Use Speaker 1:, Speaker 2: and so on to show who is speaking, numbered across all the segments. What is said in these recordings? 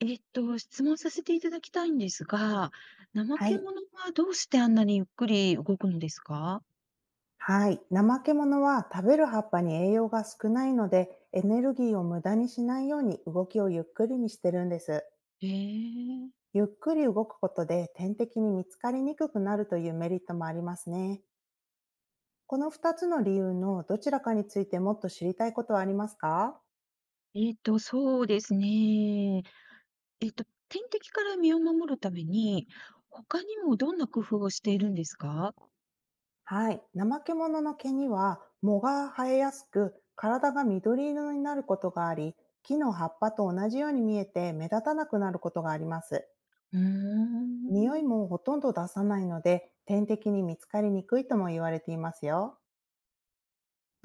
Speaker 1: 質問させていただきたいんですが、怠
Speaker 2: は
Speaker 1: け
Speaker 2: い。
Speaker 1: 者はどうしてあんなにゆっくり動くのですか？
Speaker 2: はい。怠け者は食べる葉っぱに栄養が少ないので、エネルギーを無駄にしないように動きをゆっくりにしてるんです。
Speaker 1: ええ。
Speaker 2: ゆっくり動くことで天敵に見つかりにくくなるというメリットもありますね。この2つの理由のどちらかについてもっと知りたいことはありますか？
Speaker 1: そうですね。天敵から身を守るために、他にもどんな工夫をしているんですか？
Speaker 2: はい。怠け者の毛には藻が生えやすく、体が緑色になることがあり、木の葉っぱと同じように見えて目立たなくなることがあります。
Speaker 1: うー
Speaker 2: 匂い
Speaker 1: ん。
Speaker 2: もほとんど出さないので、天敵に見つかりにくいとも言われていますよ。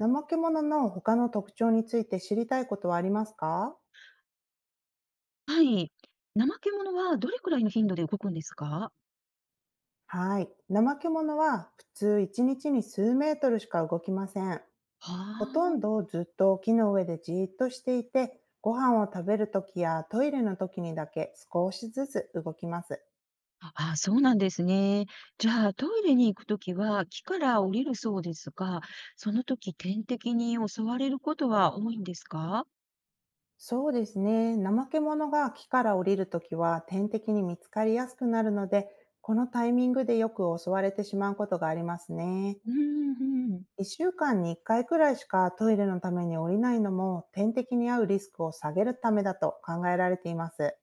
Speaker 2: 怠け者の他の特徴について知りたいことはありますか？
Speaker 1: はい。怠け者はどれくらいの頻度で動くんですか？は
Speaker 2: はい。怠け者は普通1日にちに数メートルしか動きません。ほとん
Speaker 1: あ。
Speaker 2: どずっと木の上でじーっとしていて、ご飯を食べるときやトイレのときにだけ少しずつ動きます。
Speaker 1: ああ、そうなんですね。じゃあ、トイレに行くときは木から降りるそうですが、その時天敵に襲われることは多いんですか？
Speaker 2: そうですね。怠け者が木から降りるときは天敵に見つかりやすくなるので、このタイミングでよく襲われてしまうことがありますね。
Speaker 1: うーん、うん。
Speaker 2: 1週間に1回くらいしかトイレのために降りないのも、天敵に遭うリスクを下げるためだと考えられています。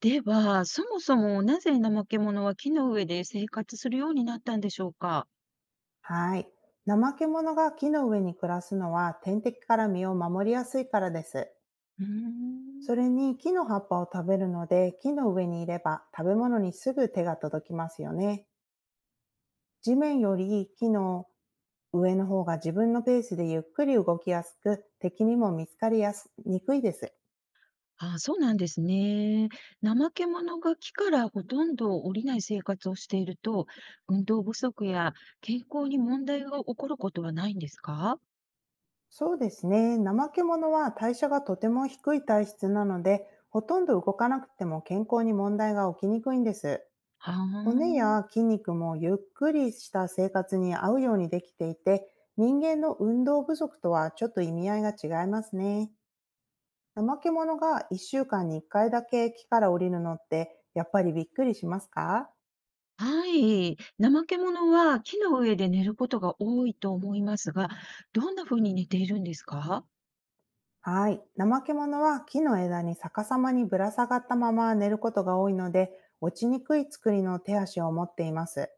Speaker 1: では、そもそもなぜナマケモノは木の上で生活するようになったんでしょうか？
Speaker 2: はい。怠け者が木の上に暮らすのは、天敵から身を守りやすいからです。
Speaker 1: うー
Speaker 2: そ
Speaker 1: ん。
Speaker 2: れに、木の葉っぱを食べるので、木の上にいれば食べ物にすぐ手が届きますよね。地面より木の上の方が自分のペースでゆっくり動きやすく、敵にも見つかりやすにくいです。
Speaker 1: ああ、そうなんですね。怠け者が木からほとんど降りない生活をしていると、運動不足や健康に問題が起こることはないんですか？
Speaker 2: そうですね。怠け者は代謝がとても低い体質なので、ほとんど動かなくても健康に問題が起きにくいんです。
Speaker 1: は
Speaker 2: 骨や
Speaker 1: あ。
Speaker 2: 筋肉もゆっくりした生活に合うようにできていて、人間の運動不足とはちょっと意味合いが違いますね。怠け者が1週間に1回だけ木から降りるのって、やっぱりびっくりしますか？
Speaker 1: はい。怠け者は木の上で寝ることが多いと思いますが、どんな風に寝ているんですか？
Speaker 2: はい。怠け者は木の枝に逆さまにぶら下がったまま寝ることが多いので、落ちにくい作りの手足を持っています。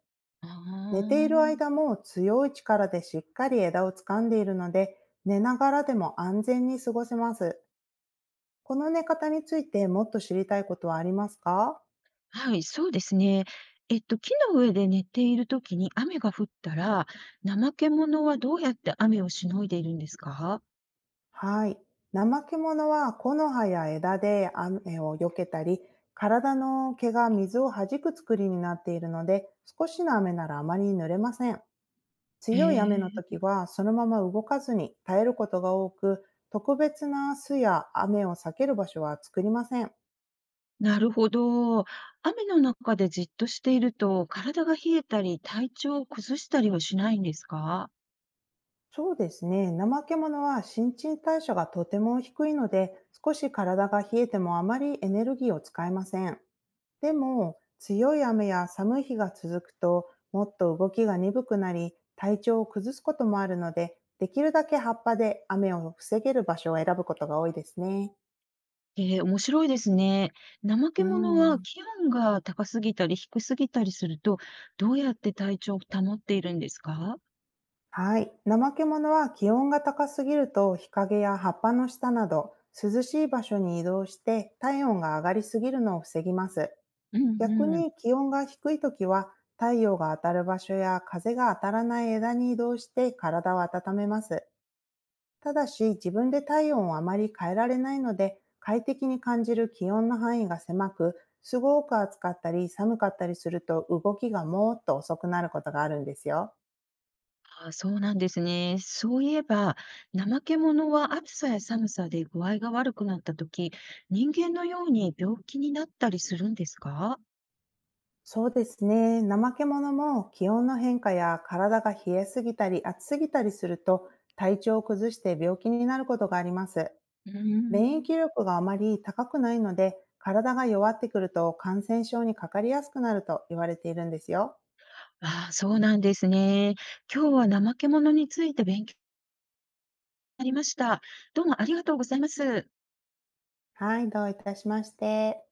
Speaker 1: あ
Speaker 2: 寝ている間
Speaker 1: ー。
Speaker 2: も強い力でしっかり枝を掴んでいるので、寝ながらでも安全に過ごせます。この寝方についてもっと知りたいことはありますか？
Speaker 1: はい、そうですね。木の上で寝ているときに雨が降ったら、怠け者はどうやって雨をしのいでいるんですか？
Speaker 2: はい。怠け者は木の葉や枝で雨を避けたり、体の毛が水を弾く作りになっているので、少しの雨ならあまり濡れません。
Speaker 1: へ
Speaker 2: 強い雨の時
Speaker 1: え、
Speaker 2: はそのまま動かずに耐えることが多く、特別な巣や雨を避ける場所は作りません。
Speaker 1: なるほど。雨の中でじっとしていると、体が冷えたり、体調を崩したりはしないんですか？
Speaker 2: そうですね。怠け者は新陳代謝がとても低いので、少し体が冷えてもあまりエネルギーを使いません。でも、強い雨や寒い日が続くと、もっと動きが鈍くなり、体調を崩すこともあるので、できるだけ葉っぱで雨を防げる場所を選ぶことが多いですね。
Speaker 1: ええ、面白いですね。怠
Speaker 2: う
Speaker 1: け者は
Speaker 2: ん。
Speaker 1: 気温が高すぎたり低すぎたりすると、どうやって体調を保っているんですか？
Speaker 2: はい。ナマケは気温が高すぎると、日陰や葉っぱの下など涼しい場所に移動して、体温が上がりすぎるのを防ぎます。
Speaker 1: う
Speaker 2: 逆
Speaker 1: んうん。
Speaker 2: に気温が低い時は、太陽が当たる場所や風が当たらない枝に移動して、体を温めます。ただし、自分で体温をあまり変えられないので、快適に感じる気温の範囲が狭く、すごく暑かったり寒かったりすると、動きがもーっと遅くなることがあるんですよ。
Speaker 1: あ、そうなんですね。そういえば、怠け者は暑さや寒さで具合が悪くなったとき、人間のように病気になったりするんですか？
Speaker 2: そうですね。怠け者も気温の変化や体が冷えすぎたり暑すぎたりすると、体調を崩して病気になることがあります。
Speaker 1: うー
Speaker 2: 免疫
Speaker 1: ん。
Speaker 2: 力があまり高くないので、体が弱ってくると感染症にかかりやすくなると言われているんですよ。
Speaker 1: ああ、そうなんですね。今日は怠け者について勉強になりました。どうもありがとうございます。
Speaker 2: はい、どういたしまして。